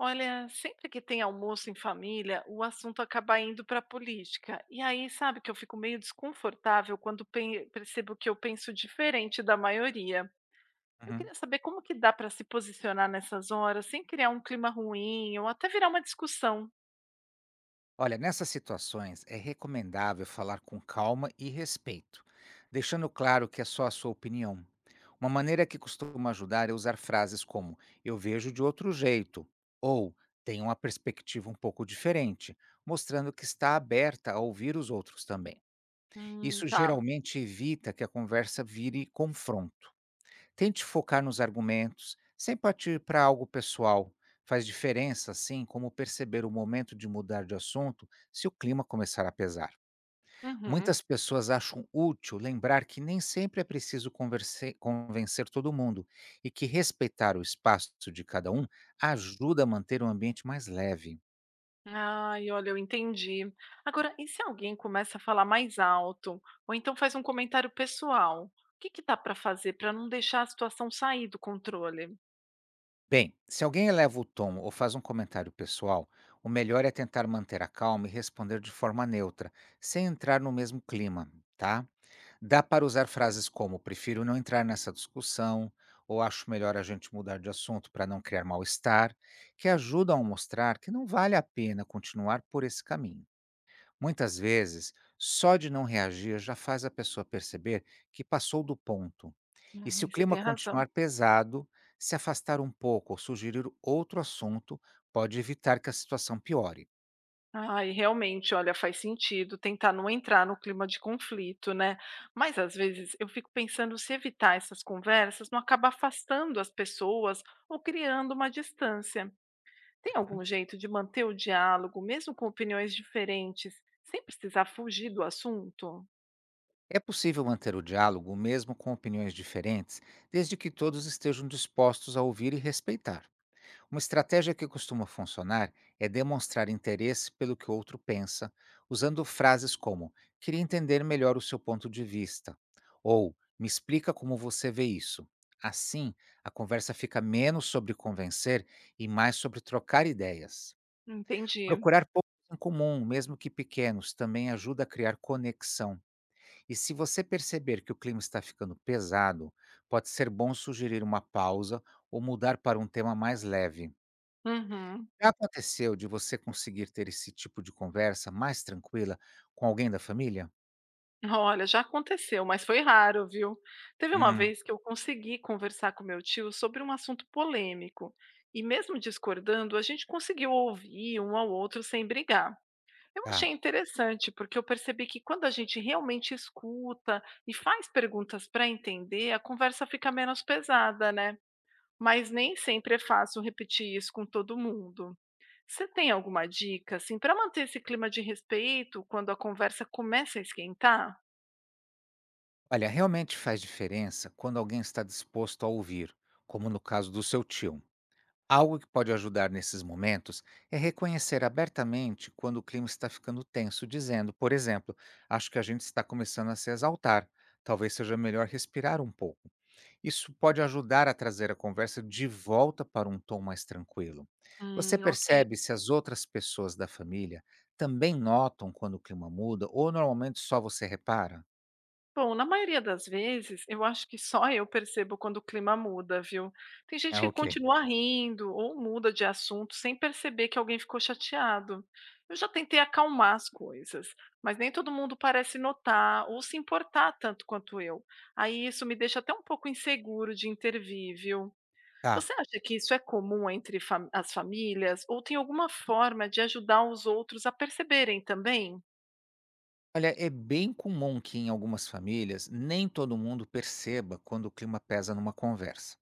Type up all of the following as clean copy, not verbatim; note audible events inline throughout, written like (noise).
Olha, sempre que tem almoço em família, o assunto acaba indo para a política. E aí, sabe que eu fico meio desconfortável quando percebo que eu penso diferente da maioria. Eu Uhum. queria saber como que dá para se posicionar nessas horas sem criar um clima ruim ou até virar uma discussão. Olha, nessas situações é recomendável falar com calma e respeito, deixando claro que é só a sua opinião. Uma maneira que costuma ajudar é usar frases como eu vejo de outro jeito ou tenho uma perspectiva um pouco diferente, mostrando que está aberta a ouvir os outros também. Isso Tá. geralmente evita que a conversa vire confronto. Tente focar nos argumentos, sem partir para algo pessoal. Faz diferença, assim, como perceber o momento de mudar de assunto se o clima começar a pesar. Uhum. Muitas pessoas acham útil lembrar que nem sempre é preciso convencer todo mundo e que respeitar o espaço de cada um ajuda a manter o ambiente mais leve. Ai, olha, eu entendi. Agora, e se alguém começa a falar mais alto ou então faz um comentário pessoal? O que que dá para fazer para não deixar a situação sair do controle? Bem, se alguém eleva o tom ou faz um comentário pessoal, o melhor é tentar manter a calma e responder de forma neutra, sem entrar no mesmo clima, tá? Dá para usar frases como prefiro não entrar nessa discussão ou acho melhor a gente mudar de assunto para não criar mal-estar, que ajudam a mostrar que não vale a pena continuar por esse caminho. Muitas vezes, só de não reagir já faz a pessoa perceber que passou do ponto. E se o Ai, você clima tem razão. continuar pesado, se afastar um pouco ou sugerir outro assunto pode evitar que a situação piore. Ai, realmente, olha, faz sentido tentar não entrar no clima de conflito, né? Mas às vezes eu fico pensando se evitar essas conversas não acaba afastando as pessoas ou criando uma distância. Tem algum jeito de manter o diálogo, mesmo com opiniões diferentes, sem precisar fugir do assunto? É possível manter o diálogo mesmo com opiniões diferentes, desde que todos estejam dispostos a ouvir e respeitar. Uma estratégia que costuma funcionar é demonstrar interesse pelo que o outro pensa, usando frases como: Queria entender melhor o seu ponto de vista, ou Me explica como você vê isso. Assim, a conversa fica menos sobre convencer e mais sobre trocar ideias. Entendi. Procurar pontos em comum, mesmo que pequenos, também ajuda a criar conexão e se você perceber que o clima está ficando pesado, pode ser bom sugerir uma pausa ou mudar para um tema mais leve. Uhum. Já aconteceu de você conseguir ter esse tipo de conversa mais tranquila com alguém da família? Olha, já aconteceu, mas foi raro, viu? Teve uma Hum, vez que eu consegui conversar com meu tio sobre um assunto polêmico, e mesmo discordando, a gente conseguiu ouvir um ao outro sem brigar. Eu tá. achei interessante, porque eu percebi que quando a gente realmente escuta e faz perguntas para entender, a conversa fica menos pesada, né? Mas nem sempre é fácil repetir isso com todo mundo. Você tem alguma dica, assim, para manter esse clima de respeito quando a conversa começa a esquentar? Olha, realmente faz diferença quando alguém está disposto a ouvir, como no caso do seu tio. Algo que pode ajudar nesses momentos é reconhecer abertamente quando o clima está ficando tenso, dizendo, por exemplo, acho que a gente está começando a se exaltar, talvez seja melhor respirar um pouco. Isso pode ajudar a trazer a conversa de volta para um tom mais tranquilo. Você Ok. percebe se as outras pessoas da família também notam quando o clima muda ou normalmente só você repara? Bom, na maioria das vezes, eu acho que só eu percebo quando o clima muda, viu? Tem gente Ah, que ok. continua rindo ou muda de assunto sem perceber que alguém ficou chateado. Eu já tentei acalmar as coisas, mas nem todo mundo parece notar ou se importar tanto quanto eu. Aí isso me deixa até um pouco inseguro de intervir, viu? Tá. Você acha que isso é comum entre as famílias ou tem alguma forma de ajudar os outros a perceberem também? Olha, é bem comum que em algumas famílias nem todo mundo perceba quando o clima pesa numa conversa.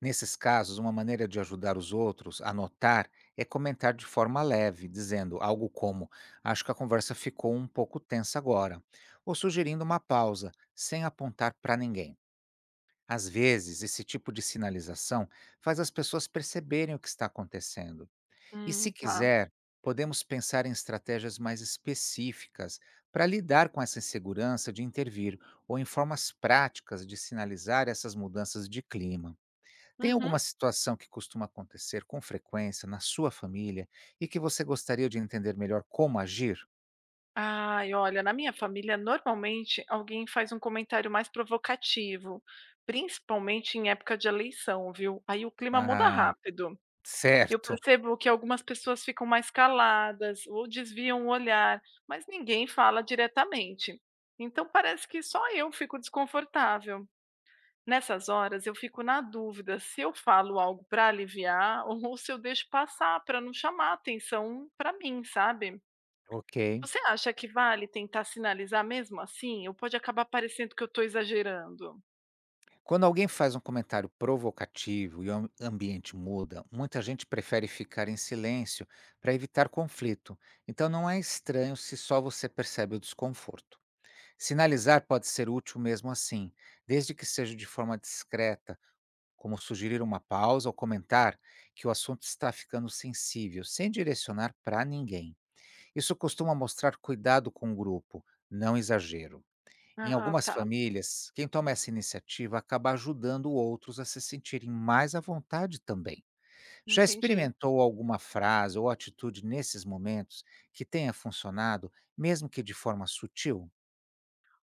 Nesses casos, uma maneira de ajudar os outros a notar é comentar de forma leve, dizendo algo como: Acho que a conversa ficou um pouco tensa agora, ou sugerindo uma pausa, sem apontar para ninguém. Às vezes, esse tipo de sinalização faz as pessoas perceberem o que está acontecendo e se Tá. quiser, podemos pensar em estratégias mais específicas para lidar com essa insegurança de intervir ou em formas práticas de sinalizar essas mudanças de clima. Tem Uhum. alguma situação que costuma acontecer com frequência na sua família e que você gostaria de entender melhor como agir? Ai, olha, na minha família, normalmente alguém faz um comentário mais provocativo, principalmente em época de eleição, viu? Aí o clima muda Ah, rápido. Eu certo. percebo que algumas pessoas ficam mais caladas ou desviam o olhar, mas ninguém fala diretamente. Então parece que só eu fico desconfortável. Nessas horas eu fico na dúvida se eu falo algo para aliviar (laughs) ou se eu deixo passar para não chamar atenção para mim, sabe? Ok. Você acha que vale tentar sinalizar mesmo assim? Ou pode acabar parecendo que eu estou exagerando? Quando alguém faz um comentário provocativo e o ambiente muda, muita gente prefere ficar em silêncio para evitar conflito. Então não é estranho se só você percebe o desconforto. Sinalizar pode ser útil mesmo assim, desde que seja de forma discreta, como sugerir uma pausa ou comentar que o assunto está ficando sensível, sem direcionar para ninguém. Isso costuma mostrar cuidado com o grupo, não exagero. Em Ah, algumas tá, famílias, quem toma essa iniciativa acaba ajudando outros a se sentirem mais à vontade também. Já entendi. experimentou alguma frase ou atitude nesses momentos que tenha funcionado, mesmo que de forma sutil?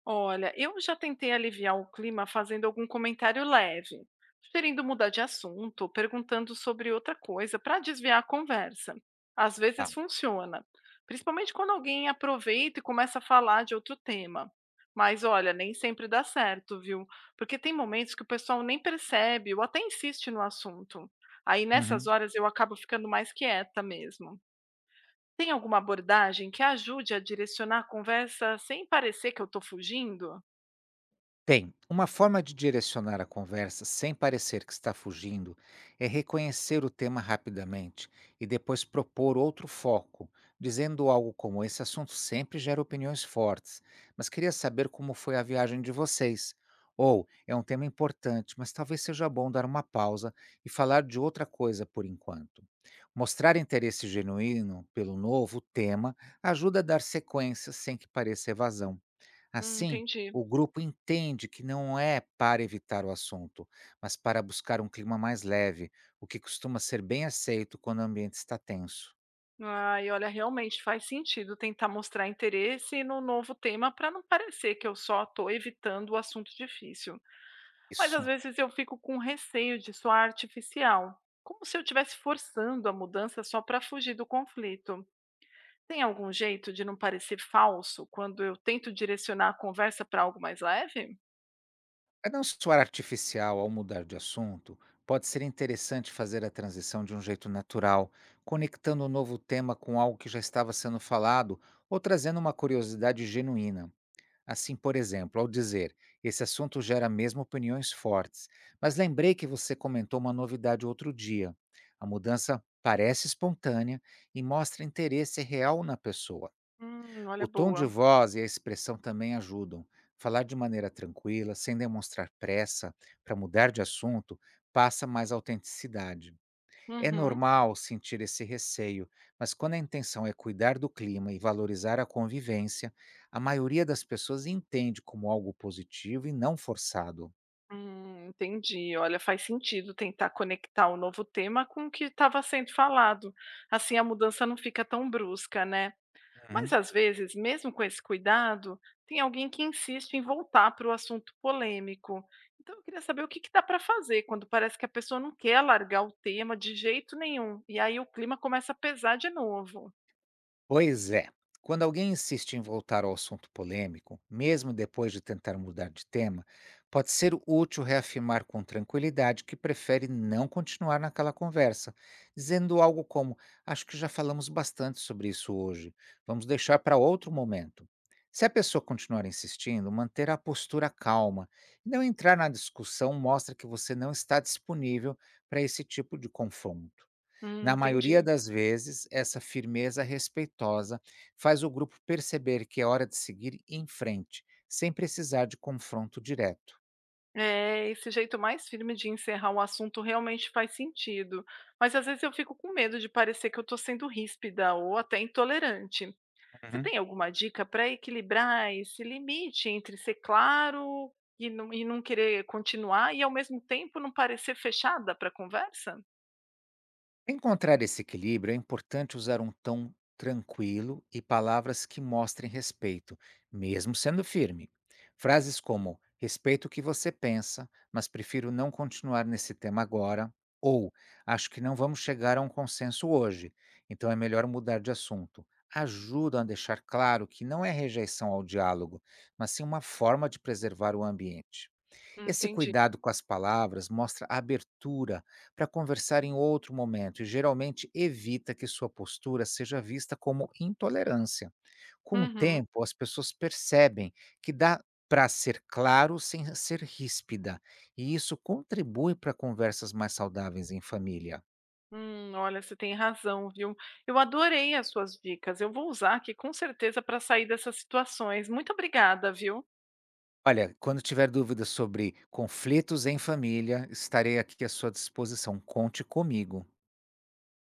Olha, eu já tentei aliviar o clima fazendo algum comentário leve, sugerindo mudar de assunto, perguntando sobre outra coisa para desviar a conversa. Às Tá. vezes funciona, principalmente quando alguém aproveita e começa a falar de outro tema. Mas olha, nem sempre dá certo, viu? Porque tem momentos que o pessoal nem percebe ou até insiste no assunto. Aí nessas Uhum. horas eu acabo ficando mais quieta mesmo. Tem alguma abordagem que ajude a direcionar a conversa sem parecer que eu estou fugindo? Bem, uma forma de direcionar a conversa sem parecer que está fugindo é reconhecer o tema rapidamente e depois propor outro foco, dizendo algo como: Esse assunto sempre gera opiniões fortes, mas queria saber como foi a viagem de vocês. Ou é um tema importante, mas talvez seja bom dar uma pausa e falar de outra coisa por enquanto. Mostrar interesse genuíno pelo novo tema ajuda a dar sequência sem que pareça evasão. Assim, Entendi. o grupo entende que não é para evitar o assunto, mas para buscar um clima mais leve, o que costuma ser bem aceito quando o ambiente está tenso. Ah, e olha, realmente faz sentido tentar mostrar interesse no novo tema para não parecer que eu só estou evitando o assunto difícil. Mas às Isso. vezes eu fico com receio de soar artificial, como se eu estivesse forçando a mudança só para fugir do conflito. Tem algum jeito de não parecer falso quando eu tento direcionar a conversa para algo mais leve? Para não soar artificial ao mudar de assunto, pode ser interessante fazer a transição de um jeito natural, conectando o novo tema com algo que já estava sendo falado ou trazendo uma curiosidade genuína. Assim, por exemplo, ao dizer: Esse assunto gera mesmo opiniões fortes, mas lembrei que você comentou uma novidade outro dia. A mudança parece espontânea e mostra interesse real na pessoa. Olha, O tom de boa. voz e a expressão também ajudam. Falar de maneira tranquila, sem demonstrar pressa para mudar de assunto, passa mais autenticidade. É Uhum. normal sentir esse receio, mas quando a intenção é cuidar do clima e valorizar a convivência, a maioria das pessoas entende como algo positivo e não forçado. Entendi. Olha, faz sentido tentar conectar o novo tema com o que estava sendo falado. Assim a mudança não fica tão brusca, né? Mas Uhum. às vezes, mesmo com esse cuidado, tem alguém que insiste em voltar para o assunto polêmico. Então eu queria saber o que que dá para fazer quando parece que a pessoa não quer largar o tema de jeito nenhum. E aí o clima começa a pesar de novo. Pois é. Quando alguém insiste em voltar ao assunto polêmico, mesmo depois de tentar mudar de tema, pode ser útil reafirmar com tranquilidade que prefere não continuar naquela conversa, dizendo algo como: Acho que já falamos bastante sobre isso hoje, vamos deixar para outro momento. Se a pessoa continuar insistindo, manter a postura calma e não entrar na discussão mostra que você não está disponível para esse tipo de confronto. Na maioria Entendi. das vezes, essa firmeza respeitosa faz o grupo perceber que é hora de seguir em frente, sem precisar de confronto direto. É, esse jeito mais firme de encerrar o assunto realmente faz sentido, mas às vezes eu fico com medo de parecer que eu estou sendo ríspida ou até intolerante. Você Uhum. tem alguma dica para equilibrar esse limite entre ser claro e não querer continuar e ao mesmo tempo não parecer fechada para a conversa? Para encontrar esse equilíbrio, é importante usar um tom tranquilo e palavras que mostrem respeito, mesmo sendo firme. Frases como respeito o que você pensa, mas prefiro não continuar nesse tema agora, ou acho que não vamos chegar a um consenso hoje, então é melhor mudar de assunto. Ajudam a deixar claro que não é rejeição ao diálogo, mas sim uma forma de preservar o ambiente. Esse Entendi. cuidado com as palavras mostra abertura para conversar em outro momento e geralmente evita que sua postura seja vista como intolerância. Com o Uhum. tempo, as pessoas percebem que dá para ser claro sem ser ríspida, e isso contribui para conversas mais saudáveis em família. Olha, você tem razão, viu? Eu adorei as suas dicas. Eu vou usar aqui com certeza para sair dessas situações. Muito obrigada, viu? Olha, quando tiver dúvidas sobre conflitos em família, estarei aqui à sua disposição. Conte comigo.